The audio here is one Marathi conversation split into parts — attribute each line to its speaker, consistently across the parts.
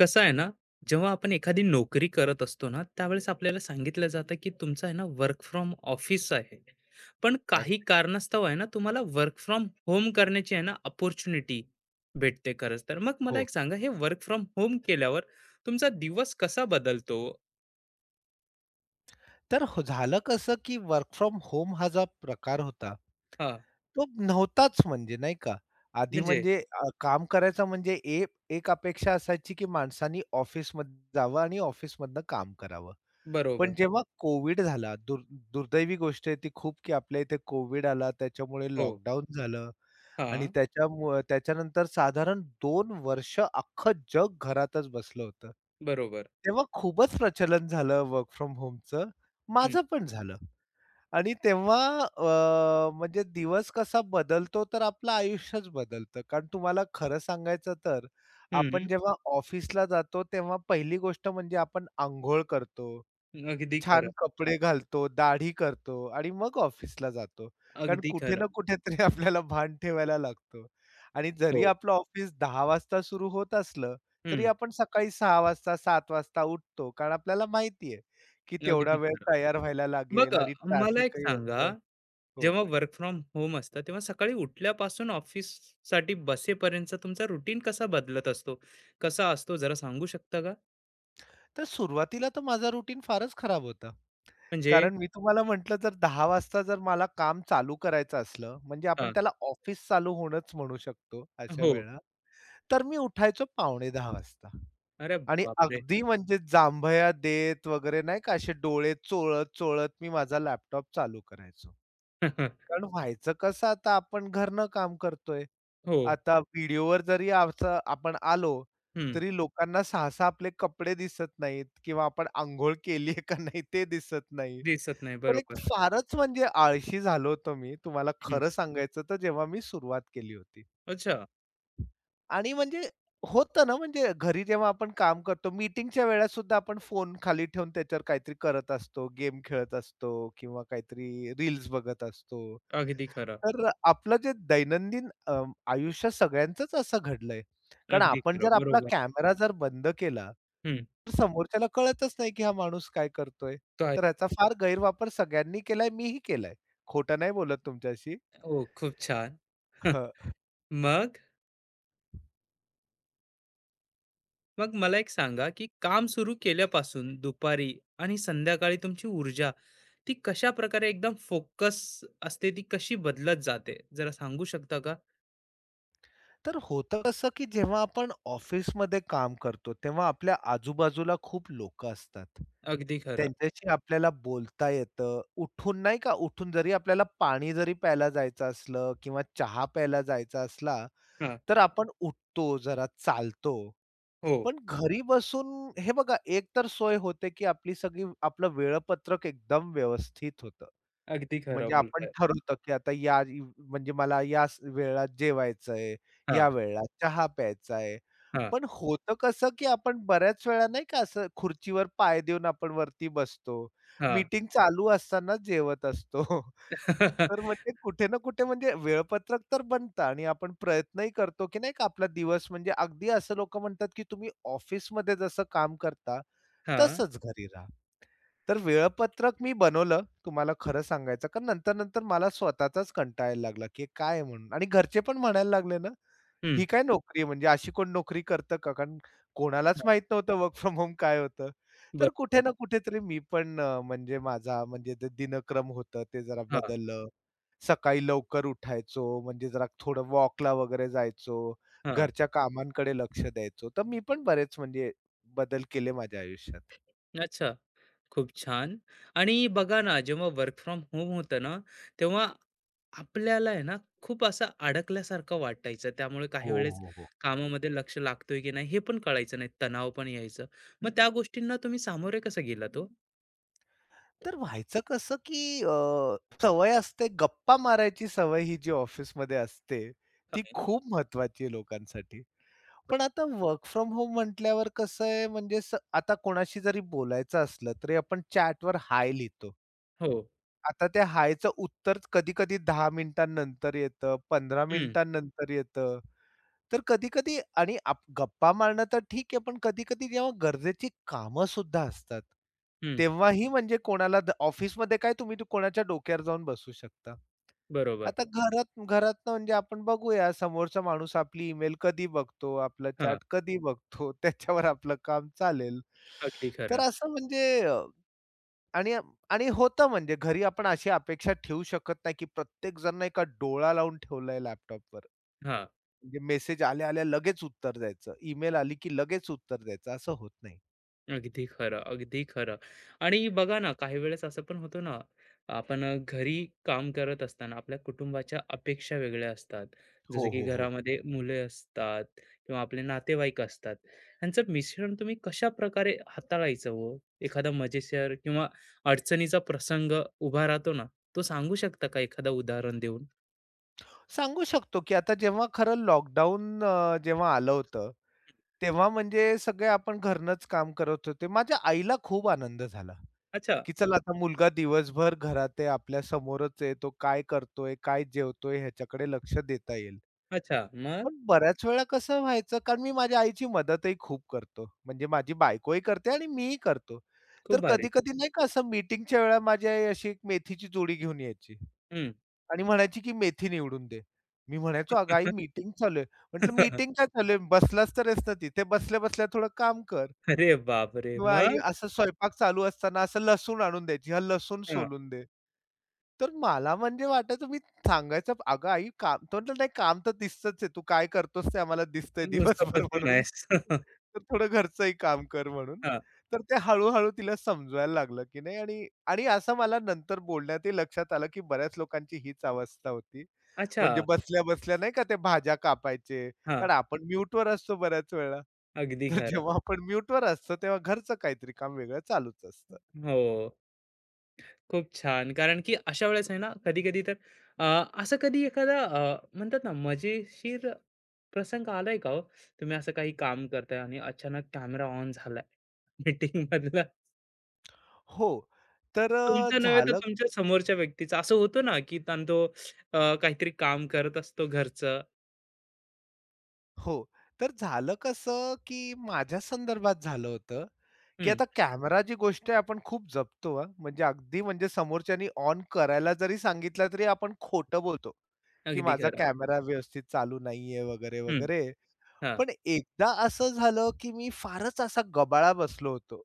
Speaker 1: कसं आहे ना, जेव्हा आपण एखादी नोकरी करत असतो ना, त्यावेळेस आपल्याला सांगितलं जातं, की तुमचं आहे ना वर्क फ्रॉम ऑफिस आहे. पण काही
Speaker 2: अगदी.
Speaker 1: कारणास्तव आहे ना, तुम्हाला वर्क फ्रॉम होम करण्याची आहे ना अपॉर्च्युनिटी भेटते खरंच तर. मग मला
Speaker 2: हो.
Speaker 1: एक सांगा, हे वर्क फ्रॉम होम केल्यावर तुमचा दिवस कसा बदलतो?
Speaker 2: तर हो झालं कसं, की वर्क फ्रॉम होम हा जो प्रकार होता,
Speaker 1: हां,
Speaker 2: तो नव्हताच म्हणजे नाही का. आधी
Speaker 1: म्हणजे
Speaker 2: म्हणजे काम करायचं म्हणजे ए एक अपेक्षा असायची, की माणसांनी ऑफिसमध्ये जावं आणि ऑफिसमधनं काम करावं. पण
Speaker 1: बरोबर.
Speaker 2: जेव्हा कोविड झाला, दुर्दैवी गोष्ट आहे ती खूप, की आपल्या इथे कोविड आला, त्याच्यामुळे
Speaker 1: हो.
Speaker 2: लॉकडाऊन झालं आणि
Speaker 1: हां,
Speaker 2: त्याच्यामुळे त्याच्यानंतर साधारण 2 वर्ष अख्खं जग घरातच बसलं होतं.
Speaker 1: बरोबर.
Speaker 2: तेव्हा खूपच प्रचलन झालं वर्क फ्रॉम होमचं.
Speaker 1: हं,
Speaker 2: माझं पण झालं आणि तेव्हा म्हणजे दिवस कसा बदलतो, तर आपलं आयुष्यच बदलतं. कारण तुम्हाला खरं सांगायचं तर, आपण
Speaker 1: हं.
Speaker 2: जेव्हा ऑफिसला जातो, तेव्हा पहिली गोष्ट म्हणजे आपण अंघोळ करतो.
Speaker 1: अगदी
Speaker 2: छान
Speaker 1: खरं,
Speaker 2: कपडे घालतो, दाढी करतो आणि मग ऑफिसला जातो. कारण
Speaker 1: अगदी
Speaker 2: कुठे
Speaker 1: खरं.
Speaker 2: ना कुठेतरी आपल्याला भान ठेवायला लागतो आणि जरी
Speaker 1: हो.
Speaker 2: आपलं ऑफिस 10 वाजता सुरू होत असलं, तरी
Speaker 1: हं,
Speaker 2: आपण सकाळी 6 वाजता, 7 वाजता उठतो. कारण आपल्याला माहिती आहे, की तेवढा
Speaker 1: अगदी
Speaker 2: वेळ
Speaker 1: खरं.
Speaker 2: तयार व्हायला
Speaker 1: मग
Speaker 2: लागेल आणि
Speaker 1: मला एक
Speaker 2: ट्रॅफिकही
Speaker 1: सांगा
Speaker 2: असतं. हो.
Speaker 1: जेव्हा वर्क फ्रॉम होम असतं तेव्हा सकाळी उठल्यापासून ऑफिससाठी बसेपर्यंतचा तुमचा रुटीन कसा बदलत असतो? कसा असतो जरा सांगू शकता का?
Speaker 2: तर सुरुवातीला तर माझा रुटीन फारच खराब होता.
Speaker 1: म्हणजे
Speaker 2: कारण मी तुम्हाला म्हटलं तर 10 वाजता जर मला काम चालू करायचं असलं, म्हणजे आपण
Speaker 1: हां.
Speaker 2: त्याला ऑफिस चालू होणंच म्हणू शकतो अशा
Speaker 1: हो.
Speaker 2: वेळेला. तर मी उठायचो पावणे 10 वाजता
Speaker 1: अरे
Speaker 2: आणि
Speaker 1: बापरे!
Speaker 2: अगदी म्हणजे जांभया देत वगैरे नाही का असे डोळे चोळत-चोळत मी माझा लॅपटॉप चालू करायचो. कारण व्हायचं कसं आता आपण घरनं काम करतोय.
Speaker 1: हो.
Speaker 2: आता व्हिडिओवर जरी असं आपण आलो,
Speaker 1: हं.
Speaker 2: तरी लोकांना सहसा आपले कपडे दिसत नाहीत किंवा आपण अंघोळ केली का नाही ते दिसत नाही.
Speaker 1: दिसत नाही.
Speaker 2: तर एक
Speaker 1: बरोबर.
Speaker 2: फारच म्हणजे आळशी झालो होतो मी तुम्हाला
Speaker 1: हं.
Speaker 2: खरं सांगायचं तर जेव्हा मी सुरुवात केली होती.
Speaker 1: अच्छा.
Speaker 2: आणि म्हणजे होतं ना, म्हणजे घरी जेव्हा आपण काम करतो, मीटिंगच्या वेळेत सुद्धा आपण फोन खाली ठेवून त्याच्यावर काहीतरी करत असतो, गेम खेळत असतो किंवा काहीतरी रील्स बघत असतो.
Speaker 1: अगदी खरं.
Speaker 2: तर आपलं जे दैनंदिन आयुष्य सगळ्यांचंच असं घडलंय. कारण
Speaker 1: अगदी
Speaker 2: आपण
Speaker 1: खरं.
Speaker 2: जर आपला
Speaker 1: बरोबर.
Speaker 2: कॅमेरा जर बंद केला,
Speaker 1: हं.
Speaker 2: तर समोरच्याला कळतच नाही, की हा माणूस काय करतोय.
Speaker 1: काय
Speaker 2: तर ह्याचा फार गैरवापर सगळ्यांनी केलाय, मीही केलाय. खोटं नाही बोलत तुमच्याशी.
Speaker 1: हो, खूप छान. मग? मग मला एक सांगा, की काम सुरू केल्यापासून दुपारी आणि संध्याकाळी तुमची ऊर्जा ती कशा प्रकारे एकदम फोकस असते, ती कशी बदलत जाते? जरा सांगू शकता का?
Speaker 2: तर होतं कसं, की जेव्हा आपण ऑफिसमध्ये काम करतो, तेव्हा आपल्या आजूबाजूला खूप लोकं असतात.
Speaker 1: अगदी खरं.
Speaker 2: त्यांच्याशी आपल्याला बोलता येतं. उठून नाही का, उठून जरी आपल्याला पाणी जरी प्यायला जायचं असलं किंवा चहा प्यायला जायचा असला,
Speaker 1: हां.
Speaker 2: तर आपण उठतो, जरा चालतो.
Speaker 1: हो,
Speaker 2: पण घरी बसून हे बघा, एक तर सोय होते, की आपली सगळी आपलं वेळापत्रक एकदम व्यवस्थित होतं.
Speaker 1: अगदी खरं
Speaker 2: म्हणजे आपण
Speaker 1: बोलताय.
Speaker 2: ठरवतो, की आता म्हणजे मला याच वेळेला जेवायचंय,
Speaker 1: हां,
Speaker 2: या वेळेला चहा प्यायचा आहे.
Speaker 1: हां,
Speaker 2: पण होतं कसं, की आपण बऱ्याच वेळा नाही का असं खुर्चीवर पाय देऊन आपण वरती बसतो.
Speaker 1: हां.
Speaker 2: मीटिंग चालू असतानाच जेवत असतो. तर म्हणजे कुठे ना कुठे म्हणजे वेळपत्रक तर बनतं आणि आपण प्रयत्नही करतो, की नाही का आपला दिवस म्हणजे अगदी असं लोकं म्हणतात, की तुम्ही ऑफिसमध्ये जसं काम करता,
Speaker 1: हां.
Speaker 2: तसंच घरी राहा. तर वेळापत्रक मी बनवलं तुम्हाला खरं सांगायचं, कारण नंतर-नंतर मला स्वतःचाच कंटाळा यायला लागला, की हे काय आहे म्हणून आणि घरचे पण म्हणायला लागले ना,
Speaker 1: हं.
Speaker 2: "ही काय नोकरी आहे? म्हणजे अशी कोण नोकरी करतं का?" कारण कोणालाच
Speaker 1: हां.
Speaker 2: माहीत नव्हतं वर्क फ्रॉम होम काय होतं. तर कुठे
Speaker 1: बरोबर.
Speaker 2: ना कुठेतरी मी पण म्हणजे माझा म्हणजे ते दिनक्रम होतं ते जरा
Speaker 1: हां,
Speaker 2: बदललं. सकाळी लवकर उठायचो, म्हणजे जरा थोडं वॉकला वगैरे जायचो,
Speaker 1: हां.
Speaker 2: घरच्या कामांकडे लक्ष द्यायचो. तर मी पण बरेच म्हणजे बदल केले माझ्या आयुष्यात.
Speaker 1: अच्छा. खूप छान. आणि बघा ना, जेव्हा वर्क फ्रॉम होम होतं ना, तेव्हा आपल्याला आहे ना, खूप असं अडकल्यासारखं वाटायचं. त्यामुळे काही
Speaker 2: हो,
Speaker 1: वेळेस
Speaker 2: हो, हो.
Speaker 1: कामामध्ये लक्ष लागतोय की नाही हे पण कळायचं नाही. तणाव पण यायचं. मग त्या गोष्टींना तुम्ही सामोरे कसं गेलात
Speaker 2: तर व्हायचं कसं, की सवय असते गप्पा मारायची सवय ही जी ऑफिसमध्ये असते, ती
Speaker 1: हो?
Speaker 2: खूप महत्वाची आहे लोकांसाठी. पण आता वर्क फ्रॉम होम म्हटल्यावर कसं आहे म्हणजे आता कोणाशी जरी बोलायचं असलं, तरी आपण चॅटवर हाय लिहितो.
Speaker 1: हो.
Speaker 2: आता त्या हायचं उत्तर कधी-कधी 10 मिनिटांनंतर येतं, 15
Speaker 1: हं,
Speaker 2: मिनिटांनंतर येतं. तर कधी-कधी आणि गप्पा मारणं तर ठीक आहे, पण कधी-कधी जेव्हा गरजेची कामं सुद्धा असतात,
Speaker 1: हं.
Speaker 2: तेव्हाही म्हणजे कोणाला द ऑफिसमध्ये काय कोणाच्या डोक्यावर जाऊन बसू शकता.
Speaker 1: बरोबर.
Speaker 2: आता घरातनं म्हणजे आपण बघूया समोरचा माणूस आपली ईमेल कधी बघतो, आपला
Speaker 1: हां,
Speaker 2: चॅट कधी बघतो, त्याच्यावर आपलं काम चालेल.
Speaker 1: अगदी
Speaker 2: तर
Speaker 1: खरं.
Speaker 2: असं म्हणजे आणि आणि होतं म्हणजे घरी आपण अशी अपेक्षा ठेवू शकत नाही, की प्रत्येक जण एका डोळा लावून ठेवलाय लॅपटॉपवर.
Speaker 1: हां,
Speaker 2: म्हणजे मेसेज आल्या-आल्या लगेच उत्तर द्यायचं. ईमेल आली की लगेच उत्तर द्यायचं असं होत नाही.
Speaker 1: अगदी खरं, अगदी खरं. आणि बघा ना, काही वेळेस असं पण होतं ना, आपण घरी काम करत असताना आपल्या कुटुंबाच्या अपेक्षा वेगळ्या असतात. जसं
Speaker 2: हो,
Speaker 1: की
Speaker 2: हो, हो.
Speaker 1: घरामध्ये मुले असतात किंवा आपले नातेवाईक असतात. ह्यांचं मिश्रण तुम्ही कशाप्रकारे हाताळायचं हो? एखादा मजेशीर किंवा अडचणीचा प्रसंग उभा राहतो ना, तो सांगू शकता का एखादं उदाहरण देऊन?
Speaker 2: सांगू शकतो की आता जेव्हा खरं जेव्हा आलं होतं, तेव्हा म्हणजे सगळे आपण घरनंच काम करत होते. माझ्या आईला खूप आनंद झाला,
Speaker 1: अच्छा,
Speaker 2: की चला आता मुलगा दिवसभर घरात आहे, आपल्या समोरच आहे, तो काय करतोय, काय जेवतोय ह्याच्याकडे लक्ष देता येईल.
Speaker 1: अच्छा. मग?
Speaker 2: पण बऱ्याच वेळा कसं व्हायचं, कारण मी माझ्या आईची मदतही खूप करतो. म्हणजे माझी बायकोही करते आणि मीही करतो.
Speaker 1: खूप
Speaker 2: तर
Speaker 1: भारी.
Speaker 2: कधी-कधी नाही का असं मीटिंगच्या वेळेला माझी आई अशी एक मेथीची जुडी घेऊन यायची
Speaker 1: हं.
Speaker 2: आणि म्हणायची, की "मेथी निवडून दे." मी म्हणायचो, "अगं आई मीटिंग चालू आहे." म्हटलं, "मीटिंग काय चालू आहे? बसलाच तर आहेस ना तिथे. बसल्या-बसल्या थोडं काम कर."
Speaker 1: अरे बापरे!
Speaker 2: किंवा आई
Speaker 1: मग?
Speaker 2: असं स्वयंपाक चालू असताना असं लसूण आणून द्यायची, "हा लसूण
Speaker 1: हां.
Speaker 2: सोलून दे." तर मला म्हणजे वाटायचं मी सांगायचं, "अगं आई काम" तो म्हणाला, "नाही काम तर दिसतंच आहे. तू काय करतोस ते आम्हाला दिसतंय
Speaker 1: मग नुसता
Speaker 2: दिवसभर
Speaker 1: बसून
Speaker 2: म्हणून.
Speaker 1: आहेस.
Speaker 2: तर थोडं घरचंही काम कर" म्हणून.
Speaker 1: हां.
Speaker 2: तर ते हळू-हळू तिला समजवायला लागलं, की नाही आणि आणि असं मला नंतर बोलण्यातही लक्षात आलं, की बऱ्याच लोकांची हीच अवस्था होती.
Speaker 1: अच्छा.
Speaker 2: म्हणजे बसल्या-बसल्या नाही का ते भाज्या कापायचे.
Speaker 1: हां.
Speaker 2: कारण आपण म्यूटवर असतो बऱ्याच वेळा.
Speaker 1: अगदी
Speaker 2: तर
Speaker 1: खरं.
Speaker 2: जेव्हा आपण म्यूटवर असतो, तेव्हा घरचं काहीतरी काम वेगळं चालूच असतं.
Speaker 1: हो. खूप छान. कारण की अशा वेळेस आहे ना, कधी-कधी तर अ, असं कधी एखादा म्हणतात ना, मजेशीर प्रसंग आलाय का हो? तुम्ही असं काही काम करताय आणि अचानक कॅमेरा ऑन झालाय. मीटिंगमधला
Speaker 2: हो. तर अ,
Speaker 1: तुमचा नव्हे तर
Speaker 2: झालं
Speaker 1: तुमच्या समोरच्या व्यक्तीचा. असं होतं ना, की ताण तो काहीतरी काम करत असतो घरचं.
Speaker 2: हो. तर झालं कसं, की माझ्या संदर्भात झालं होतं, की
Speaker 1: हं.
Speaker 2: आता कॅमेरा जी गोष्ट आहे आपण खूप जपतो हां. म्हणजे अगदी म्हणजे समोरच्यानी ऑन करायला जरी सांगितला तरी आपण खोटं बोलतो, की
Speaker 1: अगदी
Speaker 2: माझा
Speaker 1: खरं.
Speaker 2: कॅमेरा व्यवस्थित चालू नाहीये वगैरे,
Speaker 1: हं.
Speaker 2: वगैरे.
Speaker 1: हां.
Speaker 2: पण एकदा असं झालं, की मी फारच असा गबाळा बसलो होतो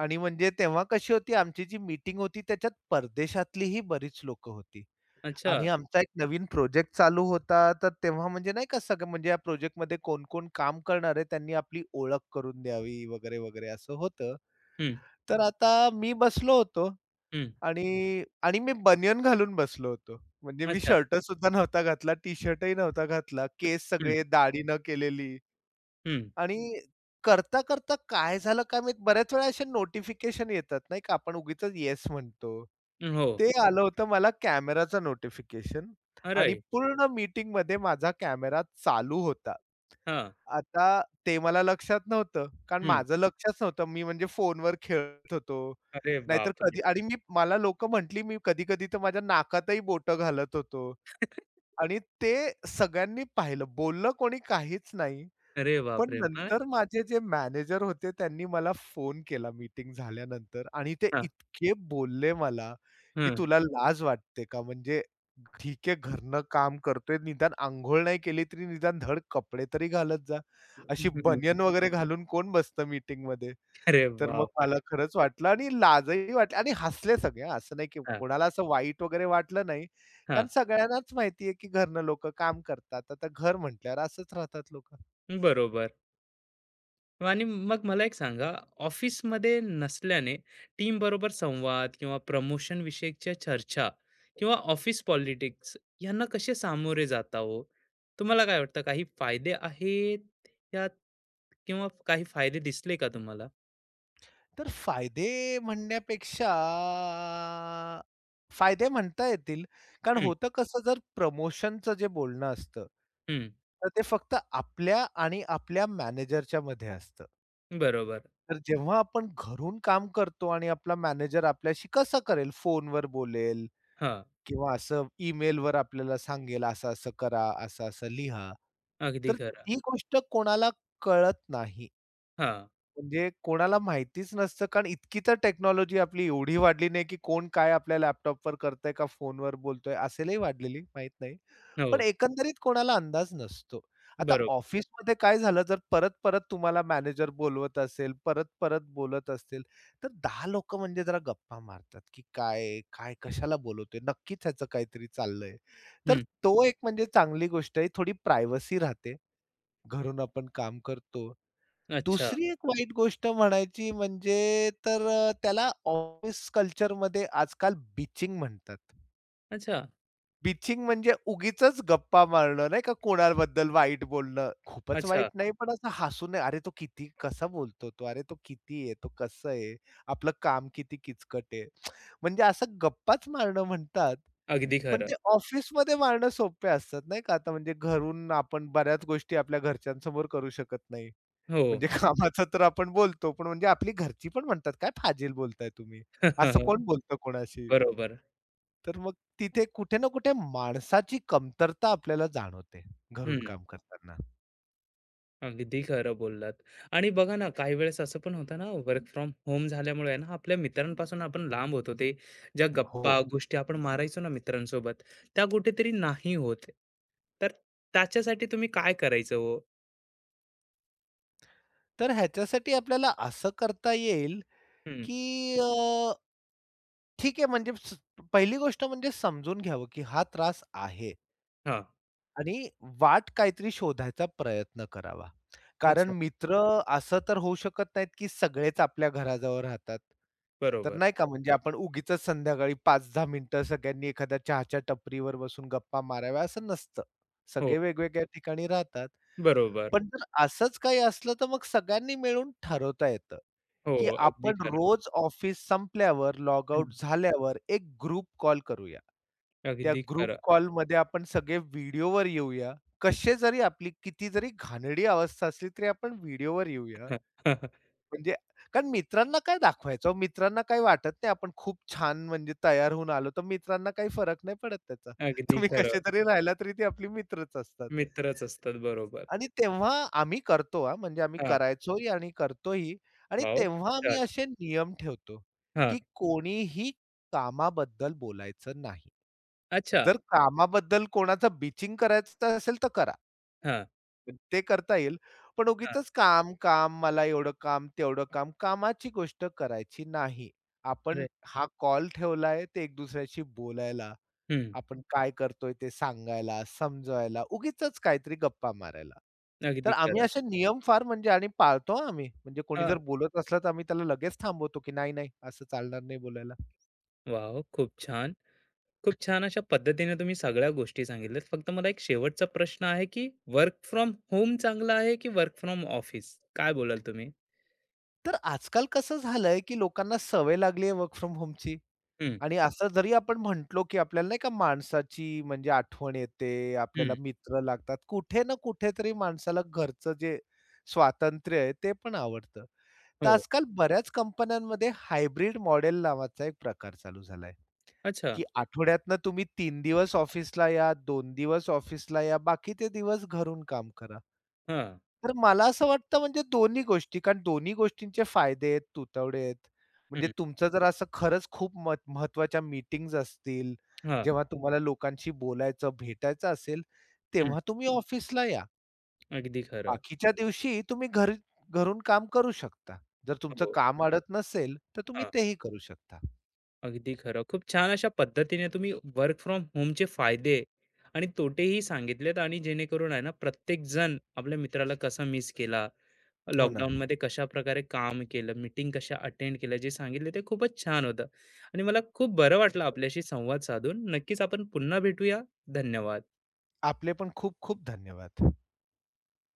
Speaker 2: आणि म्हणजे तेव्हा कशी होती आमची जी मीटिंग होती त्याच्यात परदेशातलीही बरीच लोकं होती.
Speaker 1: अच्छा.
Speaker 2: आणि आमचा एक नवीन प्रोजेक्ट चालू होता, तर तेव्हा म्हणजे नाही का सगळं म्हणजे या प्रोजेक्टमध्ये कोण-कोण काम करणार आहे, त्यांनी आपली ओळख करून द्यावी वगैरे, वगैरे असं होतं. तर आता मी बसलो होतो
Speaker 1: हं.
Speaker 2: आणि आणि मी बनियन घालून बसलो होतो. म्हणजे मी
Speaker 1: अच्छा.
Speaker 2: शर्टसुद्धा नव्हता घातला, टी-शर्टही नव्हता घातला, केस
Speaker 1: हं,
Speaker 2: सगळे दाढी न केलेली.
Speaker 1: हं.
Speaker 2: आणि करता, करता काय झालं काय माहीत बऱ्याच वेळा असे नोटिफिकेशन येतात नाही का आपण उगीचच येस म्हणतो.
Speaker 1: हो.
Speaker 2: ते आलं होतं मला कॅमेराचं नोटिफिकेशन
Speaker 1: अरे!
Speaker 2: आणि पूर्ण मीटिंगमध्ये माझा कॅमेरा चालू होता.
Speaker 1: हां.
Speaker 2: आता ते मला लक्षात नव्हतं, कारण
Speaker 1: हं.
Speaker 2: माझं लक्षच नव्हतं. मी म्हणजे फोनवर खेळत होतो.
Speaker 1: अरे
Speaker 2: नाहीतर
Speaker 1: बापरे!
Speaker 2: कधी आणि मी मला लोकं म्हटली मी कधी-कधी तर माझ्या नाकातही बोटं घालत होतो आणि ते सगळ्यांनी पाहिलं. बोललं कोणी काहीच नाही.
Speaker 1: अरे
Speaker 2: पण
Speaker 1: बापरे! मग?
Speaker 2: नंतर माझे जे मॅनेजर होते त्यांनी मला फोन केला मीटिंग झाल्यानंतर आणि ते
Speaker 1: हां,
Speaker 2: इतके बोलले मला, की
Speaker 1: हं.
Speaker 2: "तुला लाज वाटते का? म्हणजे ठीक आहे घरनं काम करतोय, निदान अंघोळ नाही केली तरी निदान धड कपडे तरी घालत जा. अशी
Speaker 1: हं.
Speaker 2: बनियन वगैरे घालून कोण बसतं मीटिंगमध्ये?"
Speaker 1: अरे
Speaker 2: तर मग मला
Speaker 1: बापरे!
Speaker 2: खरंच वाटलं आणि लाजही वाटली आणि हसले सगळे असं नाही की
Speaker 1: हां,
Speaker 2: कोणाला असं वाईट वगैरे वाटलं नाही. कारण
Speaker 1: हां.
Speaker 2: सगळ्यांनाच माहिती की घरनं लोकं काम करतात. आता घर म्हटल्यावर असंच राहतात लोकं.
Speaker 1: बरोबर. आणि मग मला एक सांगा, ऑफिसमध्ये नसल्याने टीमबरोबर संवाद किंवा प्रमोशन विषयीच्या चर्चा किंवा ऑफिस पॉलिटिक्स यांना कसे सामोरे जाता हो? तुम्हाला काय वाटतं काही फायदे आहेत यात? किंवा काही फायदे दिसले का तुम्हाला?
Speaker 2: तर फायदे म्हणण्यापेक्षा फायदे म्हणता येतील. कारण
Speaker 1: हं,
Speaker 2: होतं कसं जर प्रमोशनचं जे बोलणं असतं,
Speaker 1: हं.
Speaker 2: तर ते फक्त आपल्या आणि आपल्या मॅनेजरच्यामध्ये असतं.
Speaker 1: बरोबर.
Speaker 2: तर जेव्हा आपण घरून काम करतो आणि आपला मॅनेजर आपल्याशी कसं करेल? फोनवर बोलेल,
Speaker 1: हां,
Speaker 2: किंवा असं ईमेलवर आपल्याला सांगेल, असं-असं करा, असं-असं लिहा.
Speaker 1: अगदी
Speaker 2: तर
Speaker 1: खरं.
Speaker 2: ती गोष्ट कोणाला कळत नाही.
Speaker 1: हां,
Speaker 2: म्हणजे कोणाला माहितीच नसतं, कारण इतकी तर टेक्नॉलॉजी आपली एवढी वाढली नाही, की कोण काय आपल्या लॅपटॉपवर करतंय का फोनवर बोलतोय, असेलही वाढलेली माहीत नाही. पण
Speaker 1: हो,
Speaker 2: एकंदरीत कोणाला अंदाज नसतो. आता
Speaker 1: बरोबर.
Speaker 2: ऑफिसमध्ये काय झालं, जर परत-परत तुम्हाला मॅनेजर बोलवत असेल, परत-परत बोलत असतील, तर 10 लोकं म्हणजे जरा गप्पा मारतात, की काय, काय कशाला बोलवतोय? नक्कीच ह्याचं काहीतरी चाललंय. तर
Speaker 1: हं,
Speaker 2: तो एक म्हणजे चांगली गोष्ट आहे. थोडी प्रायव्हसी राहते. घरून आपण काम करतो.
Speaker 1: अच्छा,
Speaker 2: दुसरी एक वाईट गोष्ट म्हणायची म्हणजे त्याला ऑफिस कल्चरमध्ये आजकाल बिचिंग म्हणतात.
Speaker 1: अच्छा,
Speaker 2: बिचिंग म्हणजे उगीचच गप्पा मारणं नाही का, कोणाबद्दल वाईट बोलणं. खूपच
Speaker 1: अच्छा.
Speaker 2: वाईट नाही, पण असं हसून "अरे तो किती कसा बोलतो तो? अरे तो किती आहे? तो कसं आहे? आपलं काम किती किचकट आहे?" म्हणजे असं गप्पाच मारणं म्हणतात.
Speaker 1: अगदी
Speaker 2: पण
Speaker 1: खरं.
Speaker 2: ते ऑफिसमध्ये मारणं सोपे असतात नाही का. आता म्हणजे घरून आपण बऱ्याच गोष्टी आपल्या घरच्यांसमोर करू शकत नाही.
Speaker 1: हो.
Speaker 2: म्हणजे कामाचं तर आपण बोलतो, पण म्हणजे आपली घरची पण म्हणतात, "काय फाजील बोलताय तुम्ही? असं कोण बोलतं कोणाशी?"
Speaker 1: बरोबर.
Speaker 2: तर मग तिथे कुठे ना कुठे माणसाची कमतरता आपल्याला जाणवते घरून
Speaker 1: हं,
Speaker 2: काम करताना.
Speaker 1: अगदी खरं बोललात. आणि बघा ना, काही वेळेस असं पण होतं ना, वर्क फ्रॉम होम झाल्यामुळे आहे ना, आपल्या मित्रांपासून आपण लांब होतो. ते ज्या गप्पा,
Speaker 2: हो.
Speaker 1: गोष्टी आपण मारायचो ना मित्रांसोबत, त्या कुठेतरी नाही होत. तर त्याच्यासाठी तुम्ही काय करायचं हो?
Speaker 2: तर ह्याच्यासाठी आपल्याला असं करता येईल,
Speaker 1: हं,
Speaker 2: की ठीक आहे म्हणजे पहिली गोष्ट म्हणजे समजून घ्यावं, की हा त्रास आहे.
Speaker 1: हां,
Speaker 2: आणि वाट काहीतरी शोधायचा प्रयत्न करावा. कारण
Speaker 1: अच्छा,
Speaker 2: मित्र असं तर होऊ शकत नाहीत, की सगळेच आपल्या घराजवळ राहतात. तर
Speaker 1: बरोबर.
Speaker 2: नाही का म्हणजे आपण उगीचच संध्याकाळी पाच 10 मिनिटं सगळ्यांनी एखाद्या चहाच्या टपरीवर बसून गप्पा माराव्या असं नसतं.
Speaker 1: हो,
Speaker 2: सगळे वेगवेगळ्या ठिकाणी राहतात.
Speaker 1: बरोबर.
Speaker 2: पण जर असंच काही असलं, तर मग सगळ्यांनी मिळून ठरवता येतं.
Speaker 1: हो,
Speaker 2: की
Speaker 1: अगदी
Speaker 2: आपण
Speaker 1: खरं.
Speaker 2: रोज ऑफिस संपल्यावर, लॉग
Speaker 1: हं,
Speaker 2: आउट झाल्यावर एक ग्रुप कॉल करूया. त्या
Speaker 1: अगदी
Speaker 2: ग्रुप
Speaker 1: खरं.
Speaker 2: कॉलमध्ये आपण सगळे व्हिडिओवर येऊया. कसे जरी आपली किती जरी घाणेरडी अवस्था असली तरी आपण व्हिडिओवर येऊया.
Speaker 1: हां.
Speaker 2: म्हणजे कारण मित्रांना काय दाखवायचं हो? मित्रांना काही वाटत नाही आपण खूप छान म्हणजे तयार होऊन आलो, तर मित्रांना काही फरक नाही पडत त्याचा.
Speaker 1: अगदी
Speaker 2: तुम्ही
Speaker 1: खरं.
Speaker 2: कसे तरी राहिला तरी ते आपले मित्रच असतात.
Speaker 1: मित्रच असतात. बरोबर.
Speaker 2: आणि तेव्हा आम्ही करतो हां, म्हणजे आम्ही
Speaker 1: हां.
Speaker 2: करायचोही आणि करतोही आणि
Speaker 1: वाह!
Speaker 2: तेव्हा आम्ही
Speaker 1: छान.
Speaker 2: असे नियम ठेवतो,
Speaker 1: हां.
Speaker 2: की कोणीही कामाबद्दल बोलायचं नाही.
Speaker 1: अच्छा.
Speaker 2: जर कामाबद्दल कोणाचं बिचिंग करायचं असेल तर करा.
Speaker 1: हां,
Speaker 2: पण ते करता येईल. पण
Speaker 1: हां.
Speaker 2: उगीचच काम, काम, मला एवढं काम, तेवढं काम, कामाची गोष्ट करायची नाही. आपण
Speaker 1: अरे
Speaker 2: हा कॉल ठेवलाय ते एक दुसऱ्याशी बोलायला.
Speaker 1: हं.
Speaker 2: आपण काय करतोय ते सांगायला, समजवायला, उगीचच काहीतरी गप्पा मारायला.
Speaker 1: अगदी
Speaker 2: तर आम्ही
Speaker 1: खरं.
Speaker 2: हं. असे नियम फार म्हणजे आणि पाळतो हां आम्ही. म्हणजे कोणी
Speaker 1: हां.
Speaker 2: जर बोलत असलं तर आम्ही त्याला लगेच थांबवतो, की नाही, नाही असं चालणार नाही बोलायला.
Speaker 1: वॉव! खूप छान. खूप छान अशा पद्धतीने तुम्ही सगळ्या गोष्टी सांगितल्यात. फक्त मला एक शेवटचा प्रश्न आहे, की वर्क फ्रॉम होम चांगला आहे, की वर्क फ्रॉम ऑफिस? काय बोलाल तुम्ही?
Speaker 2: तर आजकाल कसं झालंय, की लोकांना सवय लागली आहे वर्क फ्रॉम होमची
Speaker 1: हं,
Speaker 2: आणि असं जरी आपण म्हटलो, की आपल्याला नाही का माणसाची म्हणजे आठवण येते, आपल्याला
Speaker 1: हं.
Speaker 2: मित्र लागतात. कुठे ना कुठेतरी माणसाला घरचं जे स्वातंत्र्य आहे ते पण आवडतं. तर
Speaker 1: हो.
Speaker 2: आजकाल बऱ्याच कंपन्यांमध्ये हायब्रिड मॉडेल नावाचा एक प्रकार चालू झालाय,
Speaker 1: अच्छा.
Speaker 2: की आठवड्यातनं तुम्ही 3 दिवस ऑफिसला या, 2 दिवस ऑफिसला या, बाकीचे दिवस घरून काम करा.
Speaker 1: हां.
Speaker 2: तर मला असं वाटतं म्हणजे दोन्ही गोष्टी, कारण दोन्ही गोष्टींचे फायदे आहेत, तुतवडे आहेत. म्हणजे
Speaker 1: हं.
Speaker 2: तुमचं जर असं खरंच खूप मत महत्त्वाच्या असतील,
Speaker 1: हां.
Speaker 2: जेव्हा तुम्हाला लोकांशी बोलायचं, भेटायचं असेल,
Speaker 1: हं.
Speaker 2: तेव्हा तुम्ही ऑफिसला या.
Speaker 1: अगदी खरं.
Speaker 2: बाकीच्या दिवशी तुम्ही घरी घरून काम करू शकता. जर तुमचं
Speaker 1: हो.
Speaker 2: काम अडत नसेल, तर तुम्ही तेही करू शकता.
Speaker 1: अगदी खरं. खूप छान अशा पद्धतीने तुम्ही वर्क फ्रॉम होमचे फायदे आणि तोटेही सांगितलेत आणि जेणेकरून आहे ना प्रत्येक जण आपल्या मित्राला कसा मिस केला,
Speaker 2: हो ना.
Speaker 1: लॉकडाऊनमध्ये कशा प्रकारे काम केलं, मीटिंग कशा अटेंड केल्या जे सांगितले ते खूपच छान होतं आणि मला खूप बरं वाटलं आपल्याशी संवाद साधून. नक्कीच आपण पुन्हा भेटूया. धन्यवाद.
Speaker 2: आपले पण खूप खूप धन्यवाद.